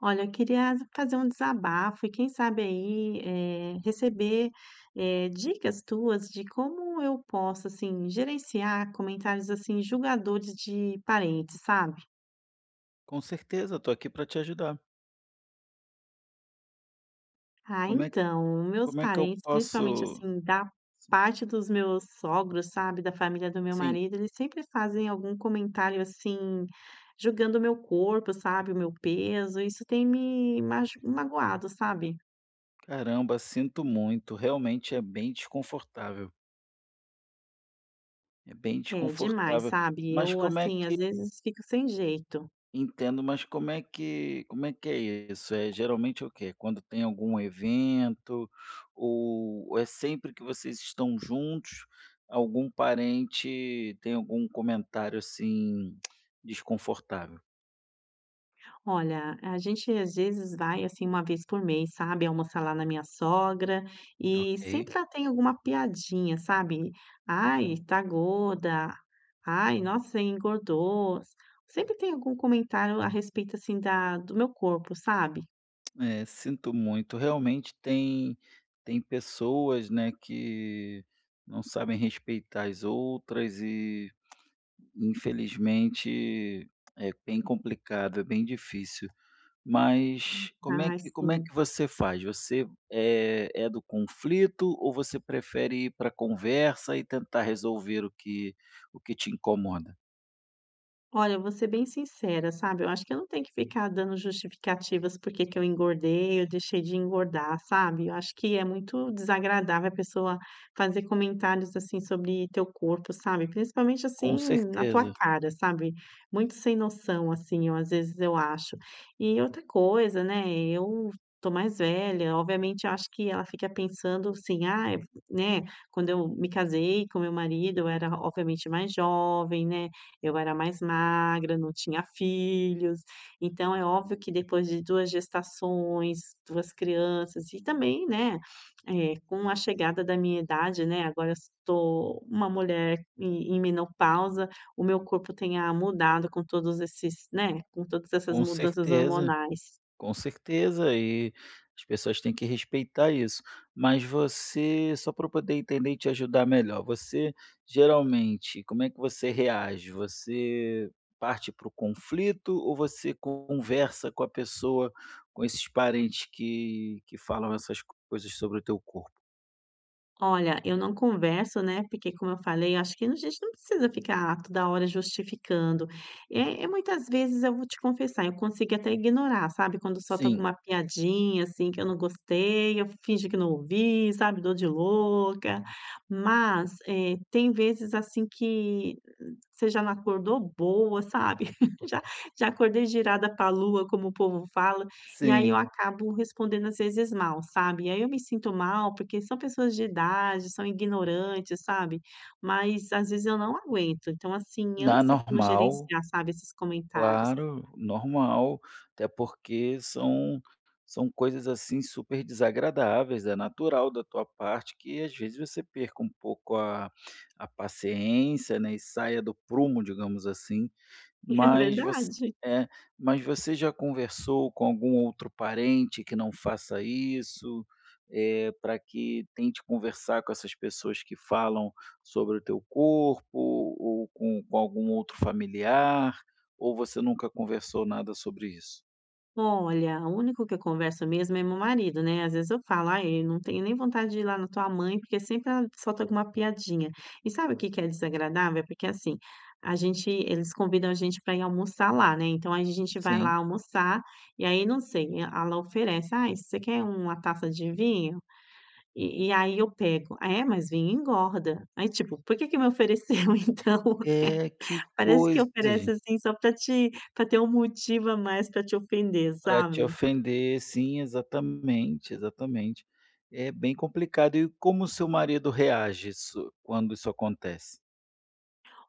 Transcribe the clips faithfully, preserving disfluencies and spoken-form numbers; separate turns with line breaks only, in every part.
Olha, eu queria fazer um desabafo e quem sabe aí, eh, receber, eh, dicas tuas de como eu posso, assim, gerenciar comentários, assim, julgadores de parentes, sabe.
Com certeza, tô aqui para te ajudar.
Ah,
Como é
então, meus
como é que eu
parentes,
posso
principalmente, assim, da parte dos meus sogros, sabe, da família do meu
Sim,
marido, eles sempre fazem algum comentário, assim, julgando o meu corpo, sabe, o meu peso, isso tem me maju magoado, sabe.
caramba, sinto muito, realmente é bem desconfortável, é bem
É demais,
desconfortável.
sabe.
Mas
Eu,
como é
assim,
que
às vezes fico sem jeito.
entendo, mas como é que como é que é isso? É, geralmente é o quê? Quando tem algum evento ou ou é sempre que vocês estão juntos, algum parente tem algum comentário assim desconfortável?
Olha, a gente às vezes vai, assim, uma vez por mês, sabe, almoçar lá na minha sogra e
Ok.
sempre ela tem alguma piadinha, sabe. "Ai, tá gorda", "Ai, nossa, você engordou". Sempre tem algum comentário a respeito, assim, da do meu corpo, sabe.
É, sinto muito. Realmente tem tem pessoas, né, que não sabem respeitar as outras e, infelizmente, é bem complicado, é bem difícil. Mas como é
Ah,
que como é
sim.
que você faz? Você é é do conflito ou você prefere ir pra conversa e tentar resolver o que o que te incomoda?
Olha, eu vou ser bem sincera, sabe, eu acho que eu não tenho que ficar dando justificativas por que que eu engordei, eu deixei de engordar, sabe. Eu acho que é muito desagradável a pessoa fazer comentários, assim, sobre teu corpo, sabe, principalmente,
Com
assim, na tua
certeza,
cara, sabe. Muito sem noção, assim, eu às vezes eu acho. E outra coisa, né, eu tô mais velha, obviamente, eu acho que ela fica pensando assim: ah, né, quando eu me casei com meu marido eu era obviamente mais jovem, né, eu era mais magra, não tinha filhos, então é óbvio que depois de duas gestações, duas crianças e também, né, eh, com a chegada da minha idade, né, agora eu estou uma mulher em em menopausa, o meu corpo tenha mudado com todos esses, né, com todas essas
com
mudanças
certeza.
hormonais.
Com certeza, e as pessoas têm que respeitar isso. Mas você, só para eu poder entender e te ajudar melhor, você geralmente, como é que você reage? Você parte para o conflito ou você conversa com a pessoa, com esses parentes que, que falam essas coisas sobre o teu corpo?
Olha, eu não converso, né, porque como eu falei, acho que a gente não precisa ficar toda hora justificando. É eh, muitas vezes eu vou te confessar, eu consigo até ignorar, sabe, quando solta
Sim,
alguma piadinha, assim, que eu não gostei, eu finjo que não ouvi, sabe, dou de louca. Mas, eh, tem vezes, assim, que você já não acordou boa, sabe. Já já acordei girada pra lua, como o povo fala, e aí eu
sim.
acabo respondendo às vezes mal, sabe. E aí eu me sinto mal, porque são pessoas de idade, são ignorantes, sabe. Mas às vezes eu não aguento. Então, assim, eu não
Na
sei como
normal,
gerenciar, sabe, esses comentários.
claro, normal, até porque são são coisas, assim, super desagradáveis, é natural da tua parte que às vezes você perca um pouco a a paciência, né, e saia do prumo, digamos assim.
É
Mas você
verdade.
é, mas você já conversou com algum outro parente que não faça isso, para que tente conversar com essas pessoas que falam sobre o teu corpo ou com com algum outro familiar, ou você nunca conversou nada sobre isso?
Olha, o único que eu converso mesmo é meu marido, né, às vezes eu falo: "Ai, eu não tenho nem vontade de ir lá na tua mãe", porque sempre ela solta alguma piadinha. E sabe o que que é desagradável? É porque, assim, a gente eles convidam a gente para ir almoçar lá, né, então a gente vai lá
Sim.
almoçar, e aí não sei, ela oferece: "Ai, você quer uma taça de vinho?" E e aí eu pego: ah, "É, mas vinho engorda". Aí, tipo, por que que me ofereceu então?
É, que
Parece que
coisa,
oferece,
gente,
assim, só para te para ter um motivo a mais para te ofender,
para te
sabe?
ofender. Sim, exatamente, exatamente. É bem complicado. E como o seu marido reage isso quando isso acontece?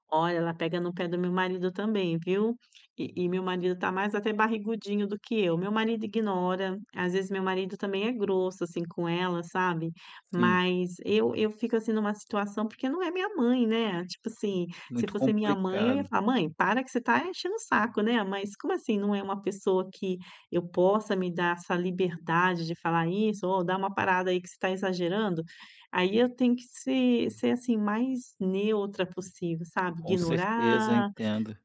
Olha, ela pega no pé do meu marido também, viu. E e meu marido tá mais até barrigudinho do que eu. Meu marido ignora, às vezes meu marido também é grosso, assim, com ela, sabe.
Sim.
Mas eu eu fico, assim, numa situação porque não é minha mãe, né. Tipo assim, se
Muito
fosse minha mãe eu ia
complicado,
falar: "Mãe, para que você tá enchendo o saco, né". Mas como assim não é uma pessoa que eu possa me dar essa liberdade de falar isso: ou dar uma parada aí que você tá exagerando". Aí eu tenho que ser ser, assim, mais neutra possível, sabe,
com certeza,
ignorar,
entendo,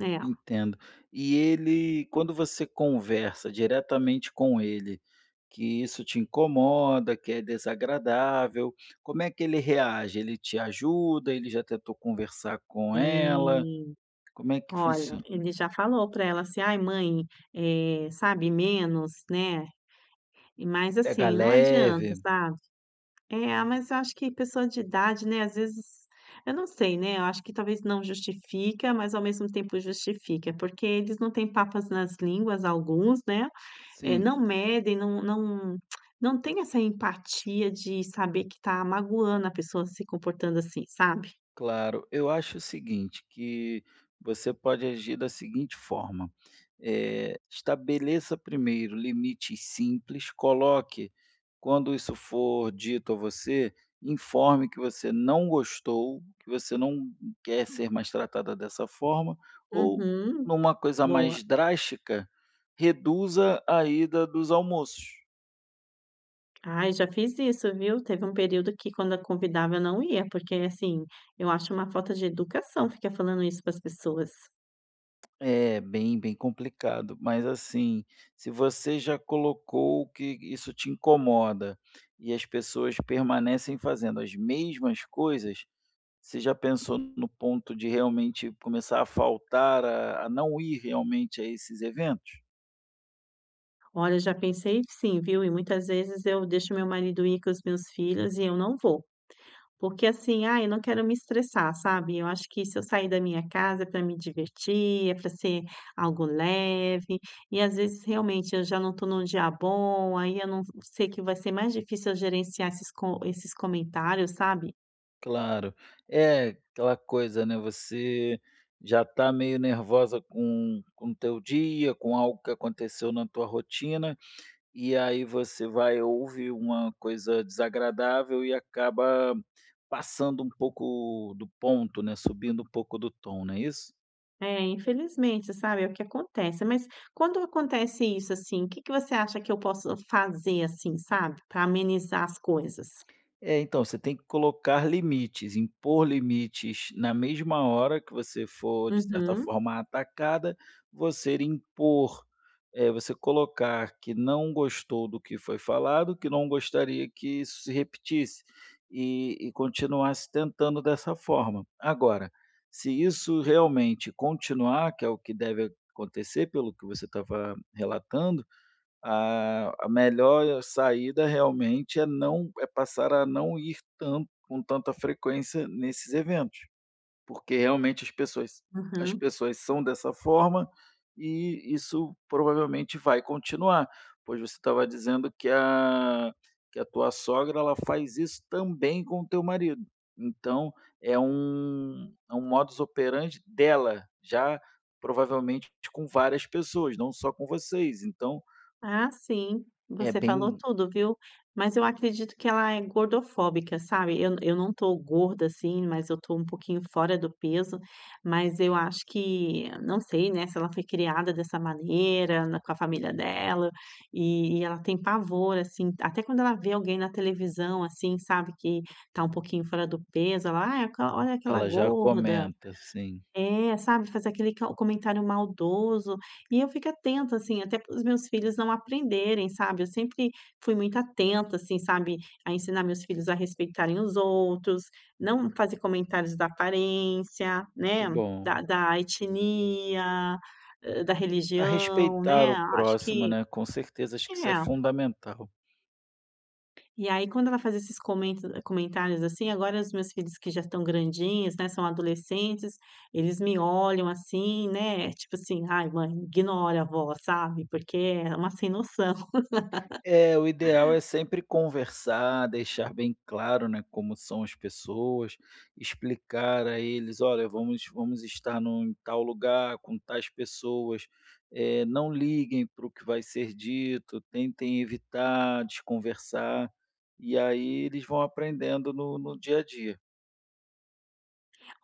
é,
entendo. E ele quando você conversa diretamente com ele, que isso te incomoda, que é desagradável, como é que ele reage? Ele te ajuda, ele já tentou conversar com ela,
E
como é que
olha,
funciona?
ele já falou pra ela assim: "Ai mãe, eh, sabe, menos, né". E Mas
Pega
assim, não adianta,
leve?
sabe. É, ah, mas eu acho que pessoa de idade, né, às vezes eu não sei, né, eu acho que talvez não justifica, mas ao mesmo tempo justifica, porque eles não têm papas nas línguas, alguns, né. Eh,
Sim.
não medem, não não não tem essa empatia de saber que tá magoando a pessoa se comportando assim, sabe?
Claro, eu acho o seguinte, que você pode agir da seguinte forma: eh, estabeleça primeiro limites simples, coloque, quando isso for dito a você, informe que você não gostou, que você não quer ser mais tratada dessa forma, ou
Uhum,
numa coisa
boa.
mais drástica, reduza a ida dos almoços.
Ai, já fiz isso, viu? Teve um período que quando eu convidava eu não ia, porque assim, eu acho uma falta de educação ficar falando isso para as pessoas.
É, bem, bem complicado, mas assim, se você já colocou que isso te incomoda e as pessoas permanecem fazendo as mesmas coisas, você já pensou no ponto de realmente começar a faltar, a, a não ir realmente a esses eventos?
Olha, já pensei sim, viu? E muitas vezes eu deixo meu marido ir com os meus filhos e eu não vou. Porque assim, ah, eu não quero me estressar, sabe? Eu acho que se eu sair da minha casa é para me divertir, é para ser algo leve, e às vezes realmente eu já não estou num dia bom, aí eu não sei que vai ser mais difícil eu gerenciar esses, co- esses comentários, sabe?
Claro, é aquela coisa, né? Você já está meio nervosa com com o teu dia, com algo que aconteceu na tua rotina. E aí você vai ouvir uma coisa desagradável e acaba passando um pouco do ponto, né, subindo um pouco do tom, não é isso?
É, infelizmente, sabe? É o que acontece. Mas quando acontece isso, assim, o que que você acha que eu posso fazer, assim, sabe? Para amenizar as coisas?
É, então, você tem que colocar limites, impor limites na mesma hora que você for, de certa
Uhum,
forma, atacada, você impor, eh, você colocar que não gostou do que foi falado, que não gostaria que isso se repetisse e, e continuasse tentando dessa forma. Agora, se isso realmente continuar, que é o que deve acontecer, pelo que você estava relatando a a melhor saída realmente é não é passar a não ir tanto com tanta frequência nesses eventos, porque realmente as pessoas as
uhum.
pessoas são dessa forma e isso provavelmente vai continuar, pois você estava dizendo que a que a tua sogra ela faz isso também com o teu marido. Então é um é um modus operandi dela, já provavelmente com várias pessoas, não só com vocês, então
Ah, sim,
é
você falou
bem
tudo, viu. Mas eu acredito que ela é gordofóbica, sabe. Eu eu não tô gorda, assim, mas eu tô um pouquinho fora do peso, mas eu acho que não sei, né, se ela foi criada dessa maneira, na com a família dela, e e ela tem pavor, assim, até quando ela vê alguém na televisão, assim, sabe, que tá um pouquinho fora do peso, ela: "Ai, aquela olha aquela
Ela já
gorda".
comenta, sim.
É, sabe, fazer aquele ca comentário maldoso, e eu fico atenta, assim, até para os meus filhos não aprenderem, sabe, eu sempre fui muito atenta, assim, sabe, a ensinar meus filhos a respeitarem os outros, não fazer comentários da aparência,
Que
né,
bom.
da da etnia, hã, da
A
religião, né,
respeitar o
acho
próximo,
que
né, com certeza, acho que isso é
é.
fundamental.
E aí quando ela faz esses comento comentários, assim, agora os meus filhos que já estão grandinhos, né, são adolescentes, eles me olham assim, né, tipo assim: "Ai mãe, ignora a vó", sabe, porque é uma sem noção.
É, o ideal é sempre conversar, deixar bem claro, né, como são as pessoas, explicar a eles: "Olha, vamos vamos estar num em tal lugar, com tais pessoas, eh, não liguem para o que vai ser dito, tentem evitar desconversar", e aí eles vão aprendendo no no dia a dia.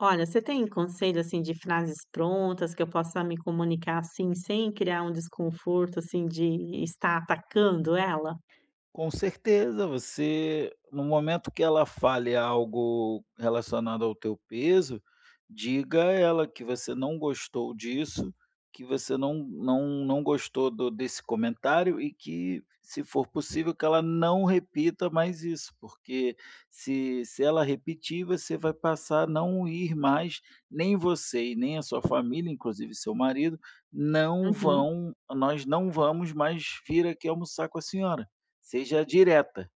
Olha, você tem conselho, assim, de frases prontas que eu possa me comunicar, assim, sem criar um desconforto, assim, de estar atacando ela?
Com certeza, você no momento que ela fale algo relacionado ao teu peso, diga a ela que você não gostou disso, que você não não não gostou do desse comentário e que, se for possível, que ela não repita mais isso, porque se se ela repetir, você vai passar a não ir mais, nem você e nem a sua família, inclusive seu marido, não
Uhum.
vão nós não vamos mais vir aqui almoçar com a senhora. Seja direta,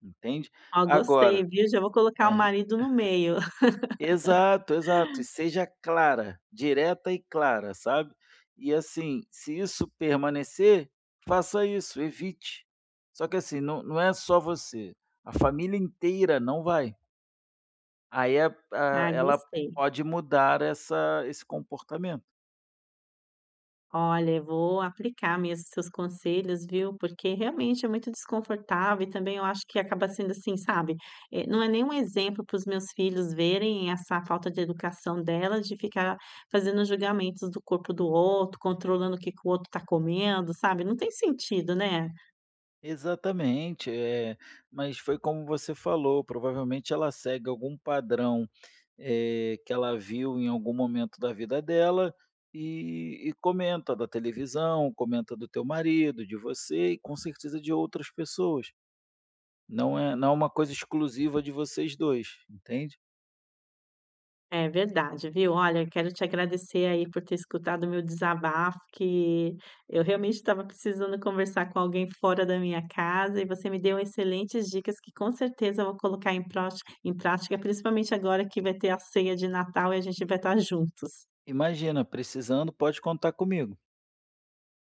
entende.
Ó, gostei,
Agora
viu, já vou colocar o
é,
marido no meio.
exato, exato. E seja clara, direta e clara, sabe. E assim, se isso permanecer, faça isso, evite. Só que assim, não não é só você, a família inteira não vai. Aí a a
Ah,
ela
gostei.
pode mudar essa esse comportamento.
Olha, eu vou aplicar mesmo seus conselhos, viu, porque realmente é muito desconfortável e também eu acho que acaba sendo assim, sabe, eh, não é nem um exemplo para os meus filhos verem essa falta de educação dela de ficar fazendo julgamentos do corpo do outro, controlando o que que o outro está comendo, sabe, não tem sentido, né?
Exatamente, eh, mas foi como você falou, provavelmente ela segue algum padrão, eh, que ela viu em algum momento da vida dela e e comenta da televisão, comenta do teu marido, de você e com certeza de outras pessoas. Não é não é uma coisa exclusiva de vocês dois, entende.
É verdade, viu. Olha, quero te agradecer aí por ter escutado o meu desabafo, que eu realmente estava precisando conversar com alguém fora da minha casa e você me deu excelentes dicas que com certeza eu vou colocar em proti em prática, principalmente agora que vai ter a ceia de Natal e a gente vai estar juntos.
Imagina, precisando pode contar comigo.